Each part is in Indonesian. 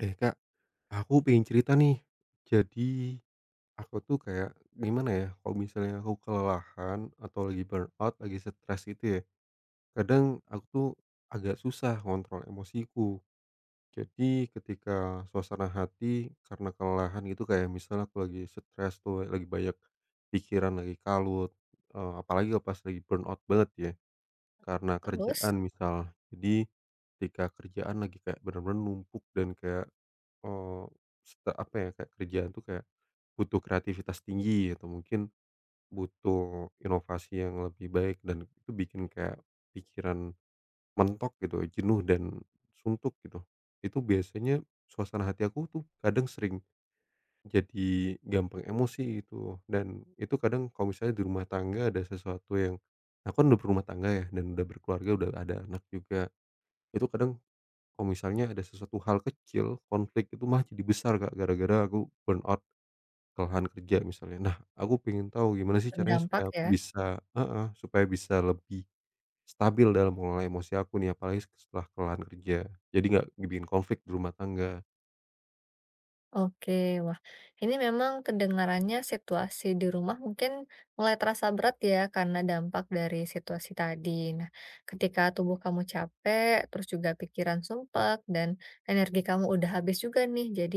Eh Kak, aku pengen cerita nih. Jadi, aku tuh kayak gimana ya, kalau misalnya aku kelelahan atau lagi burnout, lagi stres gitu ya, kadang aku tuh agak susah kontrol emosiku. Jadi ketika suasana hati karena kelelahan gitu kayak misalnya aku lagi stres tuh, lagi banyak pikiran, lagi kalut, apalagi kalau pas lagi burnout banget ya, karena Terus, kerjaan misal. Jadi ketika kerjaan lagi kayak bener-bener numpuk dan kayak Eee, seta apa ya, kayak kerjaan tuh kayak butuh kreativitas tinggi atau mungkin butuh inovasi yang lebih baik dan itu bikin kayak pikiran mentok gitu, jenuh dan suntuk gitu. Itu biasanya suasana hati aku tuh kadang sering jadi gampang emosi gitu dan itu kadang kalau misalnya di rumah tangga ada sesuatu yang aku kan udah berumah tangga ya dan udah berkeluarga, udah ada anak juga. Itu kadang kalau misalnya ada sesuatu hal kecil, konflik itu malah jadi besar, Kak, gara-gara aku burnout, kelelahan kerja misalnya. Nah, aku pengen tahu gimana ya sih caranya berdampak supaya aku ya? bisa heeh, supaya bisa lebih stabil dalam mengelola emosi aku nih, apalagi setelah kelelahan kerja. Jadi nggak dibikin konflik di rumah tangga. Oke, wah ini memang kedengarannya situasi di rumah mungkin mulai terasa berat ya karena dampak dari situasi tadi. Nah, ketika tubuh kamu capek, terus juga pikiran sumpek dan energi kamu udah habis juga nih. Jadi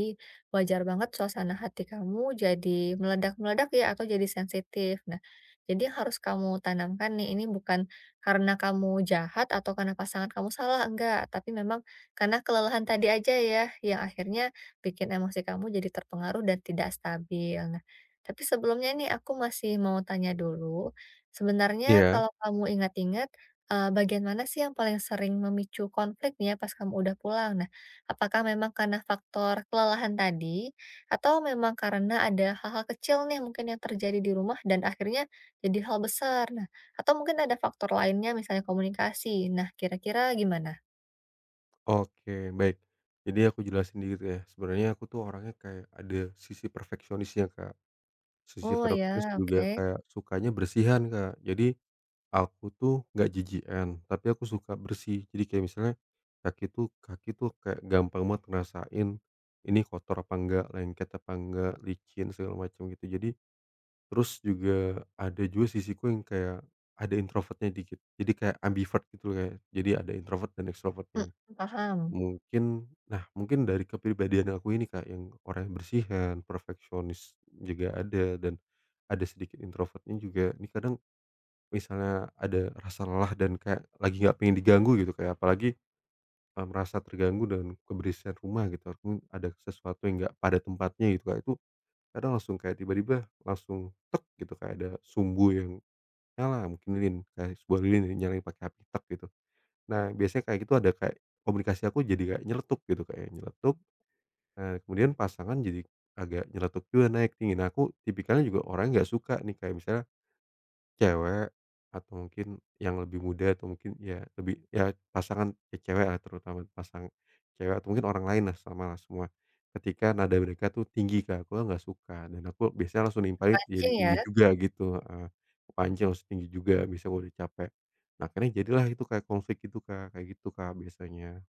wajar banget suasana hati kamu jadi meledak-meledak ya atau jadi sensitif. Nah, jadi yang harus kamu tanamkan nih ini bukan karena kamu jahat atau karena pasangan kamu salah enggak, tapi memang karena kelelahan tadi aja ya yang akhirnya bikin emosi kamu jadi terpengaruh dan tidak stabil. Nah, tapi sebelumnya ini aku masih mau tanya dulu, sebenarnya Iya. kalau kamu ingat-ingat, bagian mana sih yang paling sering memicu konflik nih ya pas kamu udah pulang? Nah, apakah memang karena faktor kelelahan tadi, atau memang karena ada hal-hal kecil nih mungkin yang terjadi di rumah dan akhirnya jadi hal besar? Nah, atau mungkin ada faktor lainnya misalnya komunikasi. Nah, kira-kira gimana? Oke, baik. Jadi aku jelasin dikit ya, sebenarnya aku tuh orangnya kayak ada sisi perfeksionisnya, Kak. Sisi Oh perfeksionis ya, juga oke. kayak sukanya bersihan, Kak. Jadi aku tuh nggak jijikan, tapi aku suka bersih. Jadi kayak misalnya kaki tuh kayak gampang banget ngerasain ini kotor apa enggak, lengket apa enggak, licin segala macam gitu. Jadi terus juga ada juga sisiku yang kayak ada introvertnya dikit. Jadi kayak ambivert gitu loh, kayak. Jadi ada introvert dan extrovert. Mhm, paham. Mungkin, nah, mungkin dari kepribadian aku ini Kak yang orangnya bersihan, perfeksionis juga ada dan ada sedikit introvertnya juga. Ini kadang misalnya ada rasa lelah dan kayak lagi nggak pengen diganggu gitu, kayak apalagi, merasa terganggu dan keberisian rumah gitu, ada sesuatu yang nggak pada tempatnya gitu, kayak itu kadang langsung kayak tiba-tiba langsung tek gitu, kayak ada sumbu yang nyala, mungkin lilin, kayak sebuah lilin yang nyalain pakai api, tek gitu. Nah, biasanya kayak gitu ada kayak komunikasi aku jadi kayak nyeletuk gitu, kayak ya, nyeletuk, kemudian pasangan jadi agak nyeletuk juga naik tinggi. Nah, aku tipikalnya juga orang nggak suka nih, kayak misalnya cewek atau mungkin yang lebih muda atau mungkin ya lebih ya pasangan ya ceweklah terutama pasang cewek atau mungkin orang lain lah sama lah semua. Ketika nada mereka tuh tinggi Kak, aku kan nggak suka dan aku biasanya langsung nimpalin jadi Terpancing ya? tinggi juga gitu, heeh. Kepancing langsung tinggi juga biasanya kalau udah capek. Nah akhirnya jadilah itu kayak konflik gitu Kak, kayak gitu Kak biasanya.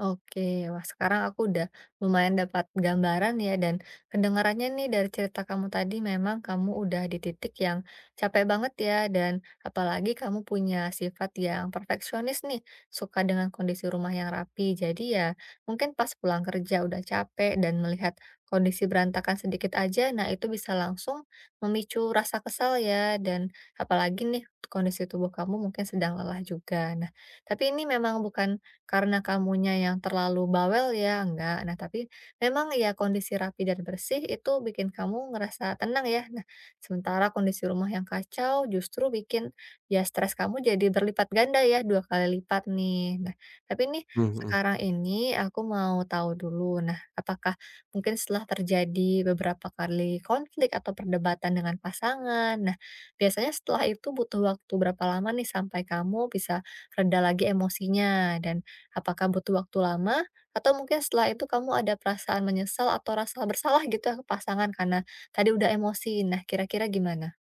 Oke, wah sekarang aku udah lumayan dapat gambaran ya dan kedengarannya nih dari cerita kamu tadi memang kamu udah di titik yang capek banget ya dan apalagi kamu punya sifat yang perfeksionis nih, suka dengan kondisi rumah yang rapi. Jadi ya mungkin pas pulang kerja udah capek dan melihat kondisi berantakan sedikit aja, nah itu bisa langsung memicu rasa kesal ya dan apalagi nih kondisi tubuh kamu mungkin sedang lelah juga. Nah, tapi ini memang bukan karena kamunya yang terlalu bawel ya, enggak. Nah, tapi memang ya kondisi rapi dan bersih itu bikin kamu ngerasa tenang ya. Nah, sementara kondisi rumah yang kacau justru bikin ya stres kamu jadi berlipat ganda ya, dua kali lipat nih. Nah, tapi nih Mhm, mhm. sekarang ini aku mau tahu dulu. Nah, apakah mungkin setelah terjadi beberapa kali konflik atau perdebatan dengan pasangan. Nah, biasanya setelah itu butuh waktu berapa lama nih sampai kamu bisa reda lagi emosinya dan apakah butuh waktu lama? Atau mungkin setelah itu kamu ada perasaan menyesal atau rasa bersalah gitu ya ke pasangan karena tadi udah emosi. Nah, kira-kira gimana?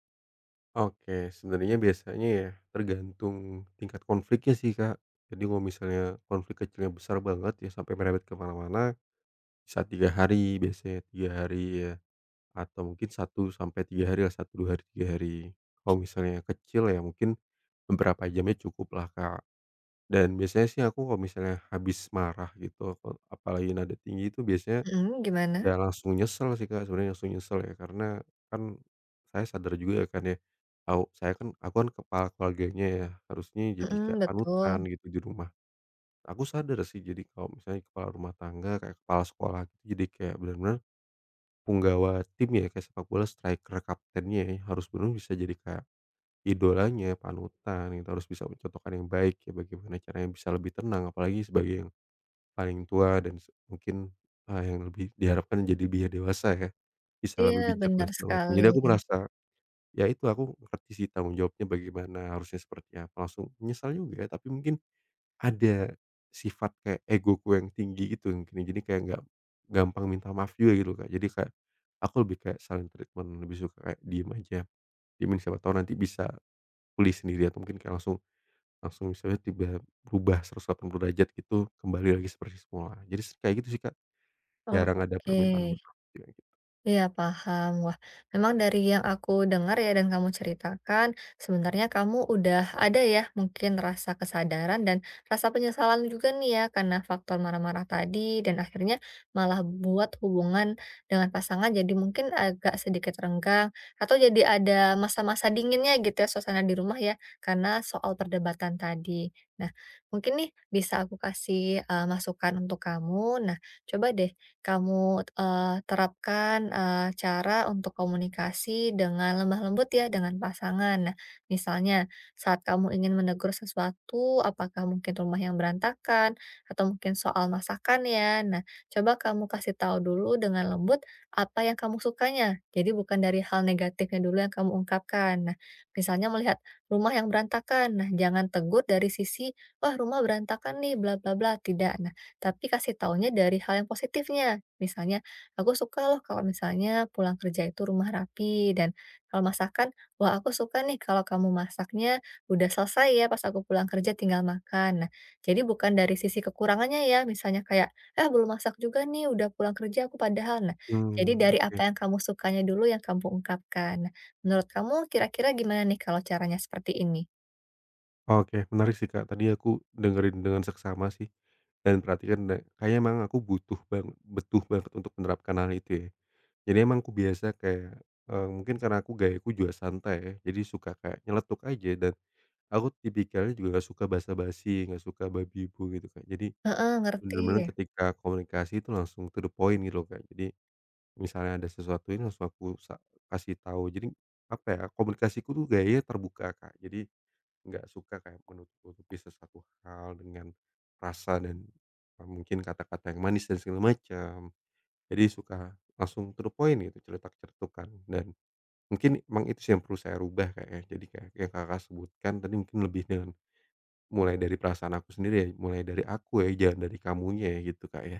Oke, sebenarnya biasanya ya tergantung tingkat konfliknya sih Kak. Jadi kalau misalnya konflik kecilnya besar banget ya sampai merebet ke mana-mana bisa 3 hari, biasanya 3 hari ya, atau mungkin 1 sampai 3 hari lah, satu 2 hari, 3 hari. Kalau misalnya kecil ya mungkin beberapa jamnya cukup lah Kak. Dan biasanya sih aku kalau misalnya habis marah gitu, aku apalagi nada tinggi itu biasanya Mhm, ya gimana? langsung nyesel sih, Kak, sebenarnya langsung nyesel ya, karena kan saya sadar juga ya kan ya, aku kan kepala keluarganya ya, harusnya jadi Mhm, kayak panutan betul. gitu di rumah. Aku sadar sih jadi kalau misalnya kepala rumah tangga, kayak kepala sekolah gitu, jadi kayak bener-bener punggawa tim ya, kayak sepak bola striker kaptennya ya, harus benar bisa jadi kayak idolanya, panutan gitu, harus bisa mencontohkan yang baik ya, bagaimana caranya bisa lebih tenang, apalagi sebagai yang paling tua dan se mungkin, yang lebih diharapkan jadi biar dewasa ya, bisa Iya, lebih bijak dan benar segala macam. sekali. Jadi aku merasa, ya itu aku ngerti sih tanggung jawabnya bagaimana, harusnya seperti apa, langsung menyesal juga, tapi mungkin ada sifat kayak egoku yang tinggi gitu mungkin ya, jadi kayak nggak gampang minta maaf juga gitu, Kak. Jadi kayak aku lebih kayak silent treatment, lebih suka kayak diem aja, diemin siapa tahu nanti bisa pulih sendiri atau mungkin kayak langsung langsung misalnya tiba berubah 180 derajat gitu, kembali lagi seperti semula. Jadi kayak gitu sih, Kak, Oh, jarang ada oke. permintaan maaf, kayak gitu. Iya, paham. Wah, memang dari yang aku dengar ya dan kamu ceritakan, sebenarnya kamu udah ada ya mungkin rasa kesadaran dan rasa penyesalan juga nih ya karena faktor marah-marah tadi dan akhirnya malah buat hubungan dengan pasangan jadi mungkin agak sedikit renggang atau jadi ada masa-masa dinginnya gitu ya suasana di rumah ya karena soal perdebatan tadi. Nah, mungkin nih bisa aku kasih masukan untuk kamu. Nah, coba deh kamu, terapkan, cara untuk komunikasi dengan lemah lembut ya dengan pasangan. Nah, misalnya saat kamu ingin menegur sesuatu, apakah mungkin rumah yang berantakan atau mungkin soal masakan ya. Nah, coba kamu kasih tahu dulu dengan lembut apa yang kamu sukanya. Jadi bukan dari hal negatifnya dulu yang kamu ungkapkan. Nah, misalnya melihat rumah yang berantakan, nah jangan tegur dari sisi, "Wah rumah berantakan nih, bla bla bla," tidak. Nah, tapi kasih taunya dari hal yang positifnya. Misalnya, "Aku suka loh kalau misalnya pulang kerja itu rumah rapi," dan kalau masakan, "Wah, aku suka nih kalau kamu masaknya udah selesai ya pas aku pulang kerja tinggal makan." Nah, jadi bukan dari sisi kekurangannya ya, misalnya kayak, eh belum masak juga nih, udah pulang kerja aku padahal." Nah, jadi Mmm, dari oke. apa yang kamu sukanya dulu yang kamu ungkapkan. Nah, menurut kamu kira-kira gimana nih kalau caranya seperti ini? Oke, menarik sih, Kak. Tadi aku dengerin dengan seksama sih, dan perhatikan da kayaknya emang aku butuh banget untuk menerapkan hal itu ya. Jadi emang aku biasa kayak, mungkin karena aku gayaku juga santai ya, jadi suka kayak nyeletuk aja dan aku tipikalnya juga nggak suka basa-basi, nggak suka babi ibu gitu, Kak. Jadi Heeh, ngerti. bener-bener ketika komunikasi itu langsung to the point gitu loh, Kak. Jadi misalnya ada sesuatu ini langsung aku sa kasih tahu. Jadi apa ya, komunikasiku tuh gaya terbuka, Kak. Jadi nggak suka kayak menutup-nutupi sesuatu hal dengan rasa dan, mungkin kata-kata yang manis dan segala macam. Jadi suka langsung to the point gitu, celetak-celetukan dan mungkin emang itu sih yang perlu saya rubah kayaknya. Jadi kayak yang Kakak sebutkan tadi mungkin lebih dengan mulai dari perasaan aku sendiri ya, mulai dari aku ya, jangan dari kamunya ya gitu, Kak, ya.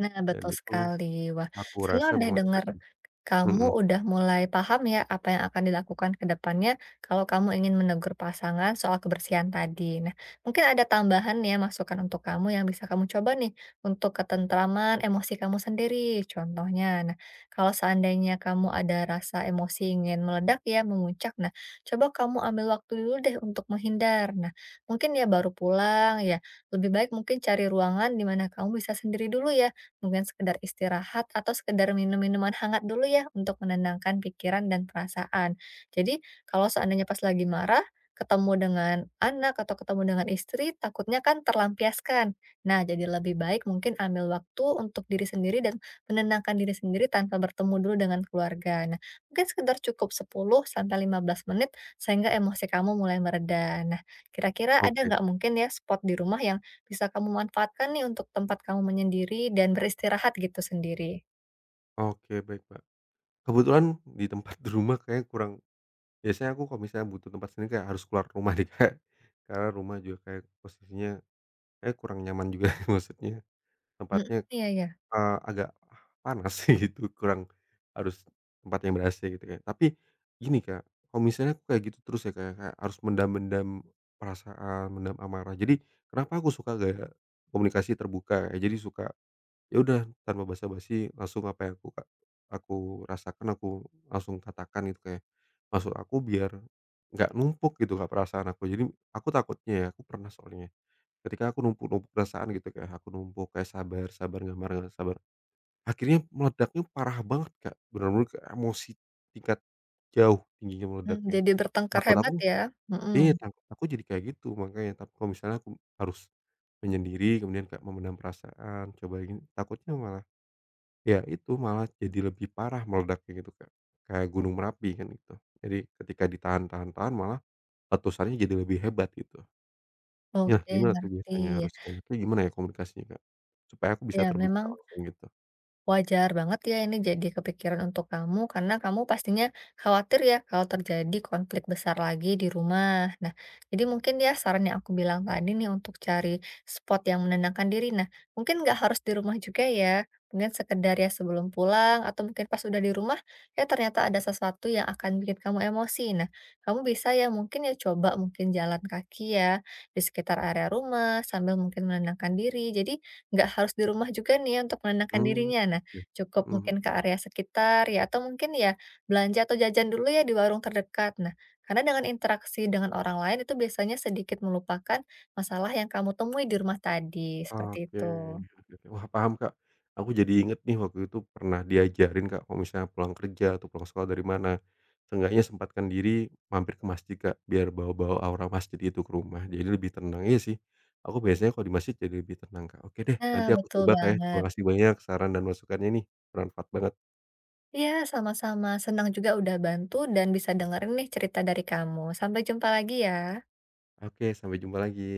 Nah, Dan betul itu sekali. Wah, aku saya rasa udah memang dengar efektif. kamu Mhm. udah mulai paham ya apa yang akan dilakukan ke depannya kalau kamu ingin menegur pasangan soal kebersihan tadi. Nah, mungkin ada tambahan ya masukan untuk kamu yang bisa kamu coba nih untuk ketentraman emosi kamu sendiri. Contohnya, nah kalau seandainya kamu ada rasa emosi ingin meledak ya, memuncak, nah coba kamu ambil waktu dulu deh untuk menghindar. Nah, mungkin ya baru pulang ya, lebih baik mungkin cari ruangan di mana kamu bisa sendiri dulu ya kemudian sekedar istirahat atau sekedar minum minuman hangat dulu ya untuk menenangkan pikiran dan perasaan. Jadi kalau seandainya pas lagi marah, ketemu dengan anak atau ketemu dengan istri, takutnya kan terlampiaskan. Nah, jadi lebih baik mungkin ambil waktu untuk diri sendiri dan menenangkan diri sendiri tanpa bertemu dulu dengan keluarga. Nah, mungkin sekedar cukup 10 sampai 15 menit sehingga emosi kamu mulai mereda. Nah, kira-kira ada Oke, nggak mungkin ya spot di rumah yang bisa kamu manfaatkan nih untuk tempat kamu menyendiri dan beristirahat gitu sendiri. oke, baik, Pak. Kebetulan di tempat di rumah kayaknya kurang. Biasanya aku kalau misalnya butuh tempat sendiri kayak harus keluar rumah deh Kak, karena rumah juga kayak posisinya kayak kurang nyaman juga maksudnya Mhm, tempatnya, iya iya, agak panas gitu kurang harus tempat yang ber-AC gitu kan. Tapi gini Kak, kalau misalnya aku kayak gitu terus ya Kak, ya, kayak harus mendam-mendam perasaan, mendam amarah. Jadi kenapa aku suka gaya komunikasi terbuka ya, jadi suka ya udah tanpa basa-basi langsung apa yang aku rasakan aku langsung katakan gitu kayak, maksud aku biar nggak numpuk gitu Kak perasaan aku. Jadi aku takutnya ya, aku pernah soalnya ketika aku numpuk-numpuk perasaan gitu kayak aku numpuk kayak sabar sabar nggak marah nggak sabar, akhirnya meledaknya parah banget Kak, bener-bener ke emosi tingkat jauh tingginya meledaknya. jadi bertengkar Takut aku. hebat ya? Mhm, Iya, takut aku jadi kayak gitu makanya, tapi kalau misalnya aku harus menyendiri kemudian kayak memendam perasaan coba gini, takutnya malah ya itu malah jadi lebih parah meledaknya gitu, Kak, kayak gunung Merapi kan itu. Jadi ketika ditahan-tahan-tahan malah letusannya jadi lebih hebat gitu. Nah oke gimana tuh ngerti. biasanya Ya harusnya enaknya gimana ya komunikasinya, Kak? Supaya aku bisa ya, terbuka memang langsung gitu. wajar banget ya ini jadi kepikiran untuk kamu karena kamu pastinya khawatir ya kalau terjadi konflik besar lagi di rumah. Nah, jadi mungkin ya saran yang aku bilang tadi nih untuk cari spot yang menenangkan diri. Nah, mungkin nggak harus di rumah juga ya. Mungkin sekedar ya sebelum pulang atau mungkin pas udah di rumah ya ternyata ada sesuatu yang akan bikin kamu emosi. Nah, kamu bisa ya mungkin ya coba mungkin jalan kaki ya di sekitar area rumah sambil mungkin menenangkan diri. Jadi nggak harus di rumah juga nih ya untuk menenangkan Mmm, dirinya. Nah, ya, cukup mhm. mungkin ke area sekitar ya atau mungkin ya belanja atau jajan dulu ya di warung terdekat. Nah, karena dengan interaksi dengan orang lain itu biasanya sedikit melupakan masalah yang kamu temui di rumah tadi, seperti Oke, itu. oke, oke. Wah, paham, Kak. Aku jadi inget nih waktu itu pernah diajarin, Kak, kalau misalnya pulang kerja atau pulang sekolah dari mana, seenggaknya sempatkan diri mampir ke masjid, Kak, biar bawa-bawa aura masjid itu ke rumah, jadi lebih tenang. Iya sih, aku biasanya kalau di masjid jadi lebih tenang, Kak. Oke deh, Nah, nanti aku betul coba, Kak, ya. Terima banget. kasih banyak saran dan masukannya nih, bermanfaat banget. Iya, sama-sama. Senang juga udah bantu dan bisa dengerin nih cerita dari kamu. Sampai jumpa lagi ya. Oke, sampai jumpa lagi.